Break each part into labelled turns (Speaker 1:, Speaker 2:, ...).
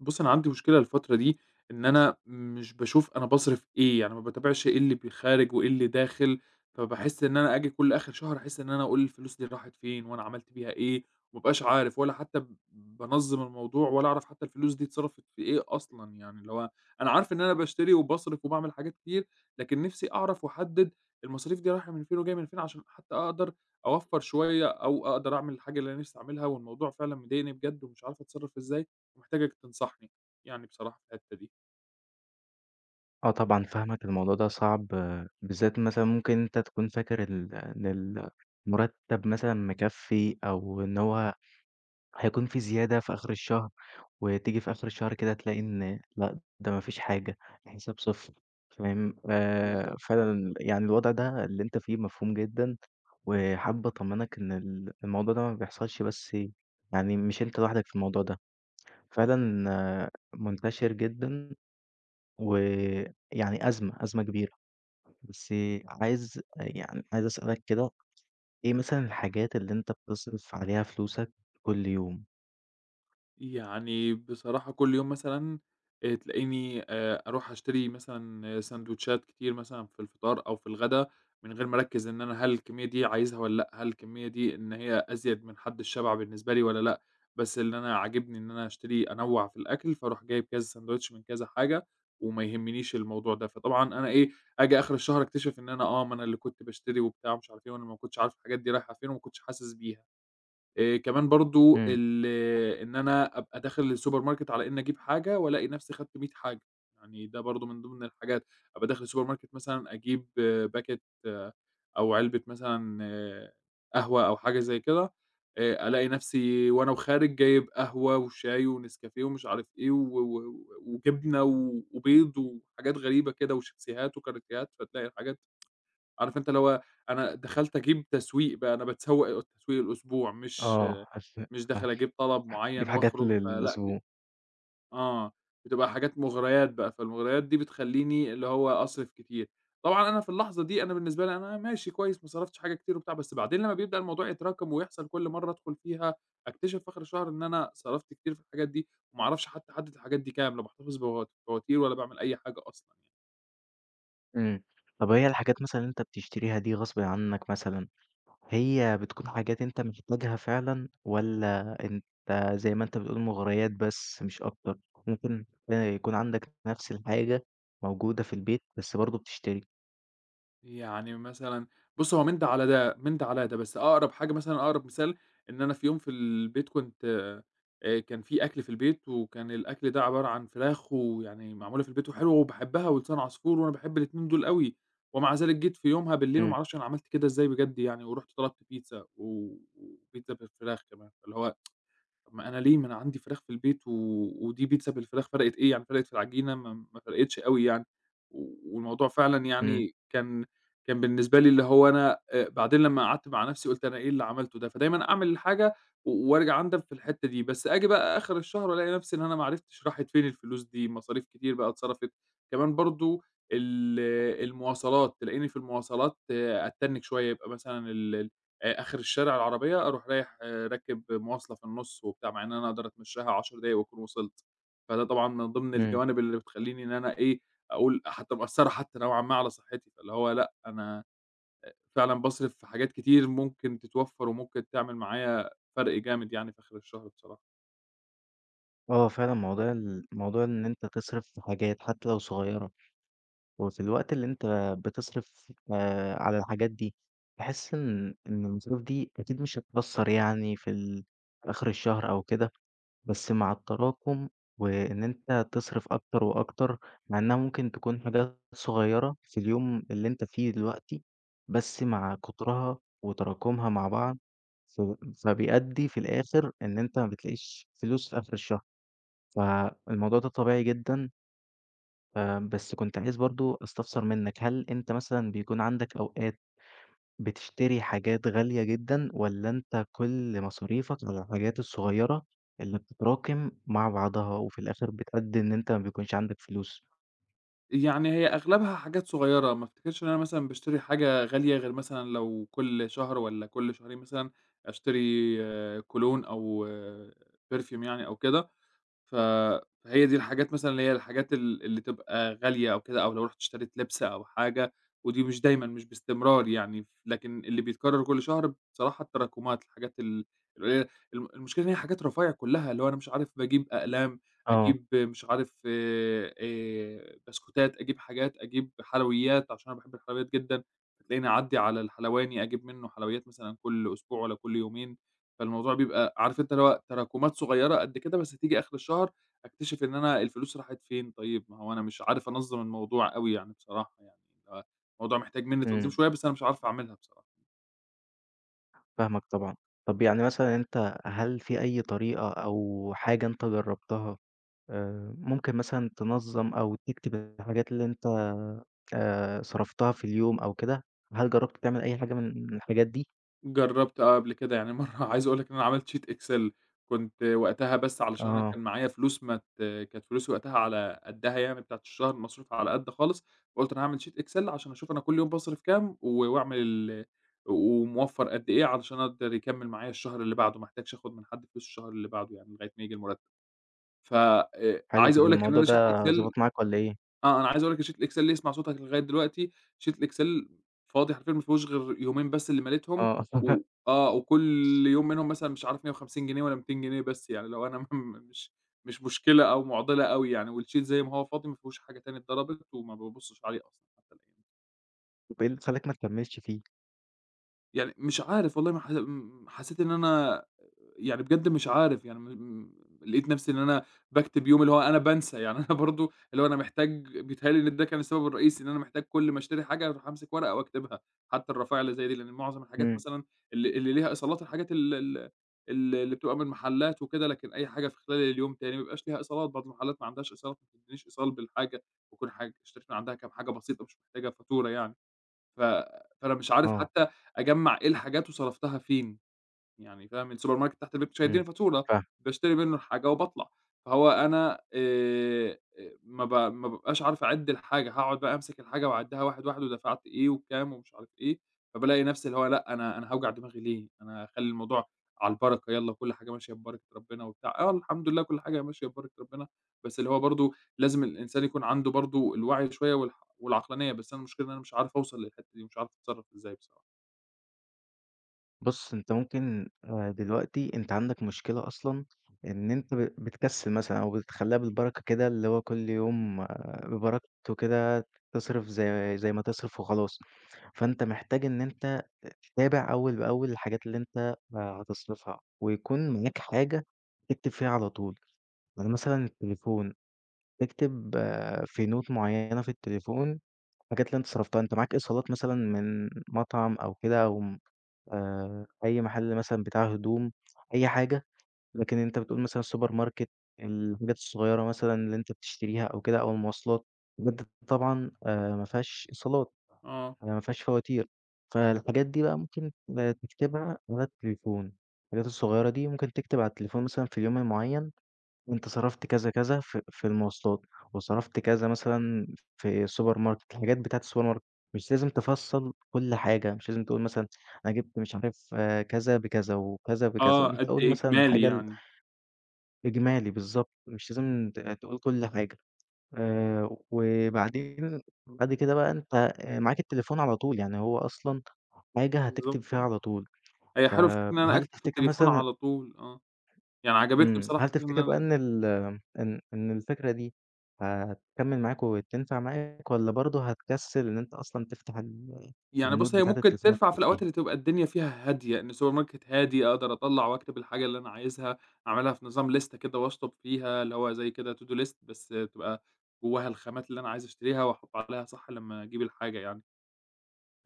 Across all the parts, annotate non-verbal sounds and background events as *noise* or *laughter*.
Speaker 1: بُص، أنا عندي مشكلة الفترة دي إن أنا مش باشوف أنا باصرف إيه، يعني ما باتابعش إيه اللي بي خارج وإيه اللي داخل، فباحس إن أنا آجي كل آخر شهر أحس إن أنا أقول الفلوس دي راحت فين وأنا عملت بيها إيه، وما أبقاش عارف ولا حتى بانظّم الموضوع ولا أعرف حتى الفلوس دي اتصرفت في إيه أصلًا، يعني اللي هو أنا عارف إن أنا باشتري وباصرف وباعمل حاجات كتير، لكن نِفْسي أعرف وأحدد المصاريف دي رايحة من فين وجاية من فين عشان حتى أقدر أوفّر شوية أو أقدر أعمل الحاجة اللي أنا نِفْسي أعملها، والموضوع فعلًا مضايقني بجد ومش عارف أتصرف إزاي. ومحتاجك تنصحني يعني بصراحة في الحتّة دي.
Speaker 2: آه، طبعًا فاهمك. الموضوع ده صعب آه، بالذات مثلًا ممكن أنت تكون فاكر إن المرتب مثلًا مكفّي أو إن هو هيكون في زيادة في آخر الشهر، وتيجي في آخر الشهر كده تلاقي إن لأ، ده ما فيش حاجة، الحساب صفر. فاهم؟
Speaker 1: بالضبط.
Speaker 2: فعلًا يعني الوضع ده اللي أنت فيه مفهوم جدًا، وحابب أطمنك إن الموضوع ده ما بيحصلش بس، يعني مش أنت لوحدك في الموضوع ده، فعلًا. آه، منتشر جدًا ويعني أزمة، أزمة كبيرة. بس عايز أسألك كده، إيه مثلًا الحاجات اللي أنت بتصرف عليها فلوسك كل يوم؟
Speaker 1: يعني بصراحة كل يوم مثلًا تلاقيني أروح أشتري مثلًا ساندوتشات كتير مثلًا في الفطار أو في الغدا من غير ما أركّز إن أنا هل الكمية دي عايزها والّا لأ، هل الكمية دي إن هي أزيد من حد الشبع بالنسبة لي والّا لأ، بس اللي أنا عاجبني إن أنا أشتري أنوّع في الأكل، فاروح جايب كذا ساندوتش من كذا حاجة وما يهمنيش الموضوع ده. فطبعًا أنا إيه، آجي آخر الشهر أكتشف إن أنا آه، ما أنا اللي كنت باشتري وبتاع ومش عارف إيه وأنا ما كنتش عارف الحاجات دي رايحة فين وما كنتش حاسس بيها. كمان برضه
Speaker 2: إمم،
Speaker 1: إن أنا أبقى داخل السوبر ماركت على إني أجيب حاجة وألاقي نفسي خدت 100 حاجة، يعني ده برضه من ضمن الحاجات، أبقى داخل السوبر ماركت مثلًا أجيب باكيت آه، أو علبة مثلًا آه، قهوة أو حاجة زي كده، ألاقي نفسي وأنا وخارج جايب قهوة وشاي ونسكافيه ومش عارف إيه وجبنة وبيض وحاجات غريبة كده وشيبسيهات وكاراتيهات، فتلاقي الحاجات عارف أنت اللي هو أنا دخلت أجيب تسويق بقى، أنا باتسوّق التسويق الأسبوع
Speaker 2: آه هس،
Speaker 1: مش داخل أجيب طلب
Speaker 2: دي
Speaker 1: معيّن
Speaker 2: حاجات
Speaker 1: وأخرج فلأ ب
Speaker 2: للأسبوع.
Speaker 1: آه، بتبقى حاجات مغريات بقى، فالمغريات دي بتخلّيني اللي هو أصرف كتير. طبعًا أنا في اللحظة دي أنا بالنسبة لي أنا ماشي كويس ما صرفتش حاجة كتير وبتاع، بس بعدين لمّا بيبدأ الموضوع يتراكم ويحصل كل مرّة أدخل فيها، أكتشف في آخر الشهر إن أنا صرفت كتير في الحاجات دي، وما أعرفش حتى أحدد الحاجات دي كام، لا باحتفظ بفواتير ولا باعمل أي حاجة أصلًا يعني.
Speaker 2: إمم. طب هي الحاجات مثلًا اللي أنت بتشتريها دي غصبٍ عنك مثلًا، هي بتكون حاجات أنت محتاجها فعلًا والّا أنت زي ما أنت بتقول مغريات بس مش أكتر؟ ممكن يكون عندك نفس الحاجة موجودة في البيت بس برضه بتشتري.
Speaker 1: يعني مثلًا بُص، هو من ده على ده، من ده على ده، بس أقرب حاجة مثلًا أقرب مثال إن أنا في يوم في البيت كنت كان في أكل في البيت، وكان الأكل ده عبارة عن فراخ ويعني معمولة في البيت وحلوة وباحبها ولسان عصفور وأنا باحب الاتنين دول أوي، ومع ذلك جيت في يومها بالليل وما
Speaker 2: إمم.
Speaker 1: أعرفش أنا عملت كده إزاي بجد يعني، ورُحت طلبت بيتزا وبيتزا بالفراخ كمان، فاللي هو طب ما أنا ليه؟ ما أنا عندي فراخ في البيت ودي بيتزا بالفراخ فرقت إيه يعني، فرقت في العجينة ما فرقتش أوي يعني، والموضوع فعلًا
Speaker 2: إمم.
Speaker 1: يعني كان كان بالنسبة لي اللي هو أنا بعدين لمّا قعدت مع نفسي قُلت أنا إيه اللي عملته ده، فدايمًا أعمل الحاجة وارجع أندم في الحتة دي، بس آجي بقى آخر الشهر ألاقي نفسي إن أنا ما عرفتش راحت فين الفلوس دي، مصاريف كتير بقى اتصرفت، كمان برضه ال المواصلات، تلاقيني في المواصلات آه، أتنّك شوية، يبقى مثلًا آخر الشارع العربية، أروح رايح آه، راكب مواصلة في النُص وبتاع، مع إن أنا أقدر أتمشّاها 10 دقايق وأكون وصلت. فده طبعًا من ضمن
Speaker 2: إمم.
Speaker 1: الجوانب اللي بتخلّيني إن أنا إيه، أقول حتّى مأثّرة حتّى نوعًا ما على صحّتي، فاللي هو لأ، أنا فعلًا باصرف في حاجات كتير ممكن تتوفّر وممكن تعمل معايا فرق جامد يعني في آخر الشهر بصراحة.
Speaker 2: آه فعلًا موضوع إن أنت تصرف في حاجات حتى لو صغيرة، وفي الوقت اللي أنت بتصرف على الحاجات دي، تحس إن المصاريف دي أكيد مش هتأثّر يعني في في آخر الشهر أو كده، بس مع التراكم وإن أنت تصرف أكتر وأكتر، مع إنها ممكن تكون حاجات صغيرة في اليوم اللي أنت فيه دلوقتي، بس مع كترها وتراكمها مع بعض ف فبيأدّي في الآخر إن أنت ما بتلاقيش فلوس في آخر الشهر. فالموضوع ده طبيعي جدًا، بس كنت عايز برضه أستفسر منّك، هل أنت مثلًا بيكون عندك أوقات بتشتري حاجات غالية جدًا والّا أنت كل مصاريفك على الحاجات الصغيّرة اللي بتتراكم مع بعضها وفي الآخر بتأدّي إن أنت ما بيكونش عندك فلوس؟
Speaker 1: يعني هي أغلبها حاجات صغيّرة، ما أفتكرش إن أنا مثلًا باشتري حاجة غالية غير مثلًا لو كل شهر والّا كل شهرين مثلًا أشتري آه، كولون أو perfume يعني أو كده. ف فهي دي الحاجات مثلًا اللي هي الحاجات اللي تبقى غالية أو كده، أو لو رُحت اشتريت لِبْس أو حاجة، ودي مش دايمًا، مش باستمرار يعني، لكن اللي بيتكرر كل شهر بصراحة التراكمات، الحاجات القليلة، المشكلة إن هي حاجات رفايع كلها، اللي هو أنا مش عارف باجيب أقلام،
Speaker 2: آه.
Speaker 1: أجيب مش عارف بسكوتات، أجيب حاجات، أجيب حلويات عشان أنا باحب الحلويات جدًا، فتلاقيني أعدّي على الحلواني أجيب منه حلويات مثلًا كل أسبوع والّا كل يومين. فالموضوع بيبقى عارف أنت اللي هو تراكمات صغيرة قد كده، بس تيجي آخر الشهر أكتشف إن أنا الفلوس راحت فين طيب؟ ما هو أنا مش عارف أنظّم الموضوع أوي يعني بصراحة يعني، فالموضوع محتاج منّي تنظيم
Speaker 2: إمم.
Speaker 1: شوية، بس أنا مش عارف أعملها بصراحة.
Speaker 2: فاهمك طبعًا. طَب يعني مثلًا أنت هل في أي طريقة أو حاجة أنت جرّبتها ممكن مثلًا تنظّم أو تكتب الحاجات اللي أنت صرفتها في اليوم أو كده، هل جرّبت تعمل أي حاجة من الحاجات دي؟
Speaker 1: جرّبت آه قبل كده، يعني مرّة *laughs* عايز أقول لك إن أنا عملت sheet Excel كنت وقتها بس علشان أنا
Speaker 2: آه.
Speaker 1: كان معايا فلوس ما ت كانت فلوسي وقتها على قدّها يعني بتاعة الشهر، المصروف على قد خالص، فقُلت أنا هاعمل sheet Excel عشان أشوف أنا كل يوم باصرف كام وأعمل وموفّر قد إيه علشان أقدر يكمّل معايا الشهر اللي بعده، ما احتاجش آخُد من حد فلوس الشهر اللي بعده يعني لغاية ما ييجي المُرتّب. ف
Speaker 2: حلو.
Speaker 1: عايز
Speaker 2: طَب
Speaker 1: أقول لك إن
Speaker 2: الموضوع
Speaker 1: أنا
Speaker 2: ده
Speaker 1: sheet Excel
Speaker 2: ضبط معاك والّا إيه؟
Speaker 1: آه، أنا عايز أقول لك الsheet الExcel اللي يسمع صوتك لغاية دلوقتي sheet الExcel فاضي حرفيًا ما فيهوش غير يومين بس اللي مليتهم
Speaker 2: آه. *laughs*
Speaker 1: و آه، وكل يوم منهم مثلًا مش عارف 150 ج والّا 200 ج بس يعني، اللي هو أنا *laughs* م مش مش مشكلة أو معضلة أوي يعني، والsheet زي ما هو فاضي ما فيهوش حاجة تاني اتضربت وما بابُصّش عليه أصلًا حتى الأيام دي.
Speaker 2: طَب إيه اللي خلّاك ما تكمّلش فيه؟
Speaker 1: يعني مش عارف والله ما ح م حسيت إن أنا يعني بجد مش عارف يعني م م لقيت نفسي إن أنا باكتب يوم اللي هو أنا بانسى، يعني *laughs* أنا برضه اللي هو أنا محتاج بيتهيأ لي إن ده كان السبب الرئيسي إن أنا محتاج كل ما اشتري حاجة أروح أمسك ورقة وأكتبها، حتى الرفايع اللي زي دي، لإن معظم الحاجات
Speaker 2: إمم.
Speaker 1: مثلًا اللي ليها إيصالات الحاجات ال ال ال اللي بتبقى من محلات وكده، لكن أي حاجة في خلال اليوم تاني ما بيبقاش ليها إيصالات، بعض المحلات ما عندهاش إيصالات، ما بتدينيش إيصال بالحاجة، باكون اشتريت من عندها كام حاجة بسيطة مش محتاجة فاتورة يعني، ف فأنا مش عارف
Speaker 2: آه.
Speaker 1: حتى أجمّع إيه الحاجات وصرفتها فين. يعني فاهم، السوبر ماركت تحت البيت مش هيدّيني
Speaker 2: إمم.
Speaker 1: فاتورة،
Speaker 2: فاهمك.
Speaker 1: باشتري منّه الحاجة وباطلع، فهو أنا ما بابقاش عارف أعِد الحاجة، هاقعد بقى أمسك الحاجة وأعدّها واحد، واحد ودفعت إيه وبكام ومش عارف إيه، فبالاقي نَفْسي اللي هو لأ، أنا هاوجع دماغي ليه، أنا خلّي الموضوع على البركة يالّا كل حاجة ماشية ببركة ربنا وبتاع، آه الحمد لله كل حاجة ماشية ببركة ربنا، بس اللي هو برضه لازم الإنسان يكون عنده برضه الوعي شوية والعقلانية، بس أنا المشكلة إن أنا مش عارف أوصل للحتّة دي، مش عارف أتصرّف إزاي بصراحة.
Speaker 2: بُص، أنت ممكن دلوقتي أنت عندك مشكلة أصلًا إن أنت بتكسّل مثلًا أو بتخلّيها بالبركة كده، اللي هو كل يوم آه، ببركته كده تصرف زي ما تصرف وخلاص. فأنت محتاج إن أنت تتابع أول بأول الحاجات اللي أنت هتصرفها، ويكون معاك حاجة تكتب فيها على طول. يعني مثلًا التليفون، تكتب آه، في note معيّنة في التليفون الحاجات اللي أنت صرفتها. أنت معاك إيصالات مثلًا من مطعم أو كده أو أي محل مثلًا بتاع هدوم، أي حاجة، لكن أنت بتقول مثلًا السوبر ماركت، الحاجات الصغيرة مثلًا اللي أنت بتشتريها أو كده أو المواصلات، بجد طبعًا ما فيهاش إيصالات،
Speaker 1: آه،
Speaker 2: ما فيهاش فواتير، فالحاجات دي بقى ممكن تكتبها على التليفون، الحاجات الصغيرة دي ممكن تكتب على التليفون مثلًا في اليوم المعين أنت صرفت كذا، كذا في المواصلات، وصرفت كذا مثلًا في السوبر ماركت، الحاجات بتاعة السوبر ماركت، مش لازم تفصّل كل حاجة، مش لازم تقول مثلًا أنا جِبت مش عارف آه، كذا بكذا، وكذا بكذا،
Speaker 1: آه،
Speaker 2: أنت
Speaker 1: قد
Speaker 2: قُل
Speaker 1: إيه
Speaker 2: مثلًا
Speaker 1: إجمالي
Speaker 2: الحاجة
Speaker 1: يعني.
Speaker 2: الإجمالي بالضبط، مش لازم تقول كل حاجة. وبعدين بعد كده بقى أنت معاك التليفون على طول، يعني هو أصلًا حاجة هتكتب
Speaker 1: بالضبط
Speaker 2: فيها
Speaker 1: آه.
Speaker 2: على طول،
Speaker 1: هي حلوة فكرة إن أنا
Speaker 2: فهل
Speaker 1: أكتب في
Speaker 2: تفتكر
Speaker 1: التليفون
Speaker 2: مثلًا
Speaker 1: على طول آه. يعني عجبتني
Speaker 2: إمم،
Speaker 1: بصراحة
Speaker 2: هل
Speaker 1: فكرة إن
Speaker 2: تفتكر بقى
Speaker 1: أنا
Speaker 2: إن ال إن إن الفكرة دي هتكمّل معاك وتنفع معاك والّا برضه هتكسّل إن أنت أصلًا تفتح
Speaker 1: يعني
Speaker 2: النوت
Speaker 1: بُص هي
Speaker 2: بتاعة
Speaker 1: ممكن
Speaker 2: التليفون
Speaker 1: تنفع
Speaker 2: وتكتب
Speaker 1: في الأوقات
Speaker 2: فيها؟
Speaker 1: اللي تبقى الدنيا فيها هادية، إن السوبر ماركت هادي أقدر أطلّع وأكتب الحاجة اللي أنا عايزها، أعملها في نظام ليستة كده وأشطب فيها، اللي هو زي كده to do list بس تبقى جواها الخامات اللي أنا عايز أشتريها وأحُط عليها صح لمّا أجيب الحاجة يعني.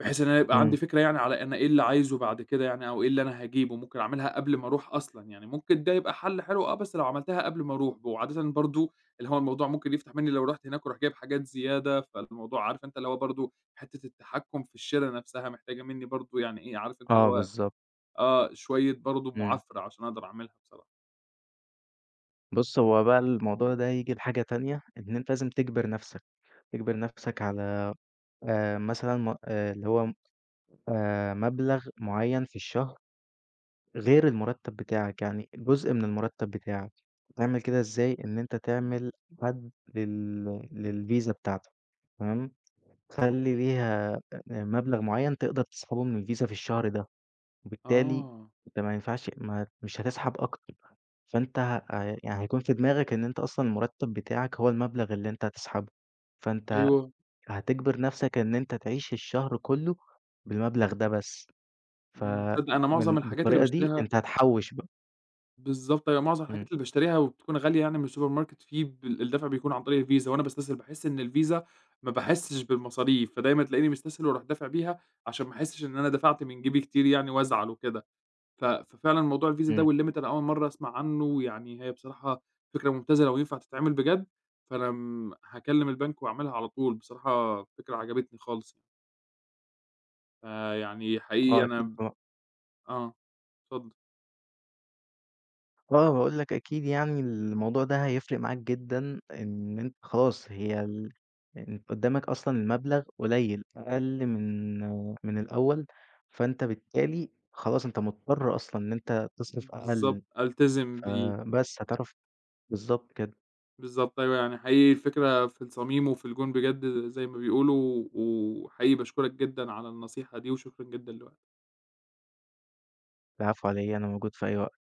Speaker 1: بحيث إن أنا يبقى
Speaker 2: إمم.
Speaker 1: عندي فكرة يعني على أنا إيه اللي عايزه بعد كده يعني أو إيه اللي أنا هاجيبه، ممكن أعملها قبل ما أروح أصلًا، يعني ممكن ده يبقى حل حلو آه، بس لو عملتها قبل ما أروح، وعادةً برضه اللي هو الموضوع ممكن يفتح منّي لو رُحت هناك وأروح جايب حاجات زيادة، فالموضوع عارف أنت اللي هو برضه حتّة التحكُّم في الشِرا نَفْسها محتاجة منّي برضه يعني إيه، عارف أنت اللي
Speaker 2: آه
Speaker 1: هو
Speaker 2: بالضبط.
Speaker 1: آه، شوية برضه
Speaker 2: إمم.
Speaker 1: مُعافرة عشان أقدر أعملها بصراحة.
Speaker 2: بُص، هو بقى الموضوع ده ييجي لحاجة تانية، إن أنت لازم تجبر نَفْسك، تجبر نَفْسك على مثلًا م اللي هو مبلغ معيّن في الشهر غير المُرتّب بتاعك، يعني جزء من المُرتّب بتاعك، هتعمل كده إزاي؟ إن أنت
Speaker 1: إمم.
Speaker 2: تعمل حد للفيزا بتاعتك، تمام، تخلّي ليها مبلغ معيّن تقدر تسحبه من الفيزا في الشهر ده، وبالتالي
Speaker 1: آه،
Speaker 2: أنت ما ينفعش ما مش هتسحب أكتر، فأنت يعني هيكون في دماغك إن أنت أصلًا المُرتّب بتاعك هو المبلغ اللي أنت هتسحبه، فأنت
Speaker 1: أيوه.
Speaker 2: هتجبر نَفْسك إن أنت تعيش الشهر كُلّه بالمبلغ ده بس،
Speaker 1: إمم. تصدّق أنا معظم الحاجات اللي
Speaker 2: بالطريقة دي
Speaker 1: باشتريها
Speaker 2: أنت هتحوّش بقى.
Speaker 1: بالضبط، أيوه معظم
Speaker 2: إمم.
Speaker 1: الحاجات اللي باشتريها وبتكون غالية يعني من السوبر ماركت في بال الدفع بيكون عن طريق الفيزا، وأنا باستسهل باحس إن الفيزا ما باحسش بالمصاريف، فدايمًا تلاقيني مستسهل وأروح دافع بيها عشان ما احسش إن أنا دفعت من جيبي كتير يعني وأزعل وكده، ففعلًا موضوع الفيزا ده
Speaker 2: إمم.
Speaker 1: والlimit أنا أول مرة أسمع عنه، ويعني هي بصراحة فكرة ممتازة لو ينفع تتعمل بجد، فأنا هاكلم البنك وأعملها على طول، بصراحة فكرة عجبتني خالص يعني، فيعني حقيقي
Speaker 2: آه أكيد
Speaker 1: أنا
Speaker 2: طبعًا.
Speaker 1: آه، اتفضل،
Speaker 2: آه باقول لك أكيد يعني الموضوع ده هيفرق معاك جدًا إن أنت خلاص هي ال أنت قدّامك أصلًا المبلغ قليّل، أقل من من الأول، فأنت بالتالي خلاص أنت مضطر أصلًا إن أنت تصرف
Speaker 1: بالضبط،
Speaker 2: أقل،
Speaker 1: ألتزم بيه.
Speaker 2: فبس هتعرف بالضبط كده.
Speaker 1: بالضبط أيوه، يعني حقيقي الفكرة في الصميم وفي الجون بجد زي ما بيقولوا، وحقيقي باشكرك جدًا على النصيحة دي، وشكرًا جدًا لوقتك.
Speaker 2: العفو على إيه، أنا موجود في أي وقت.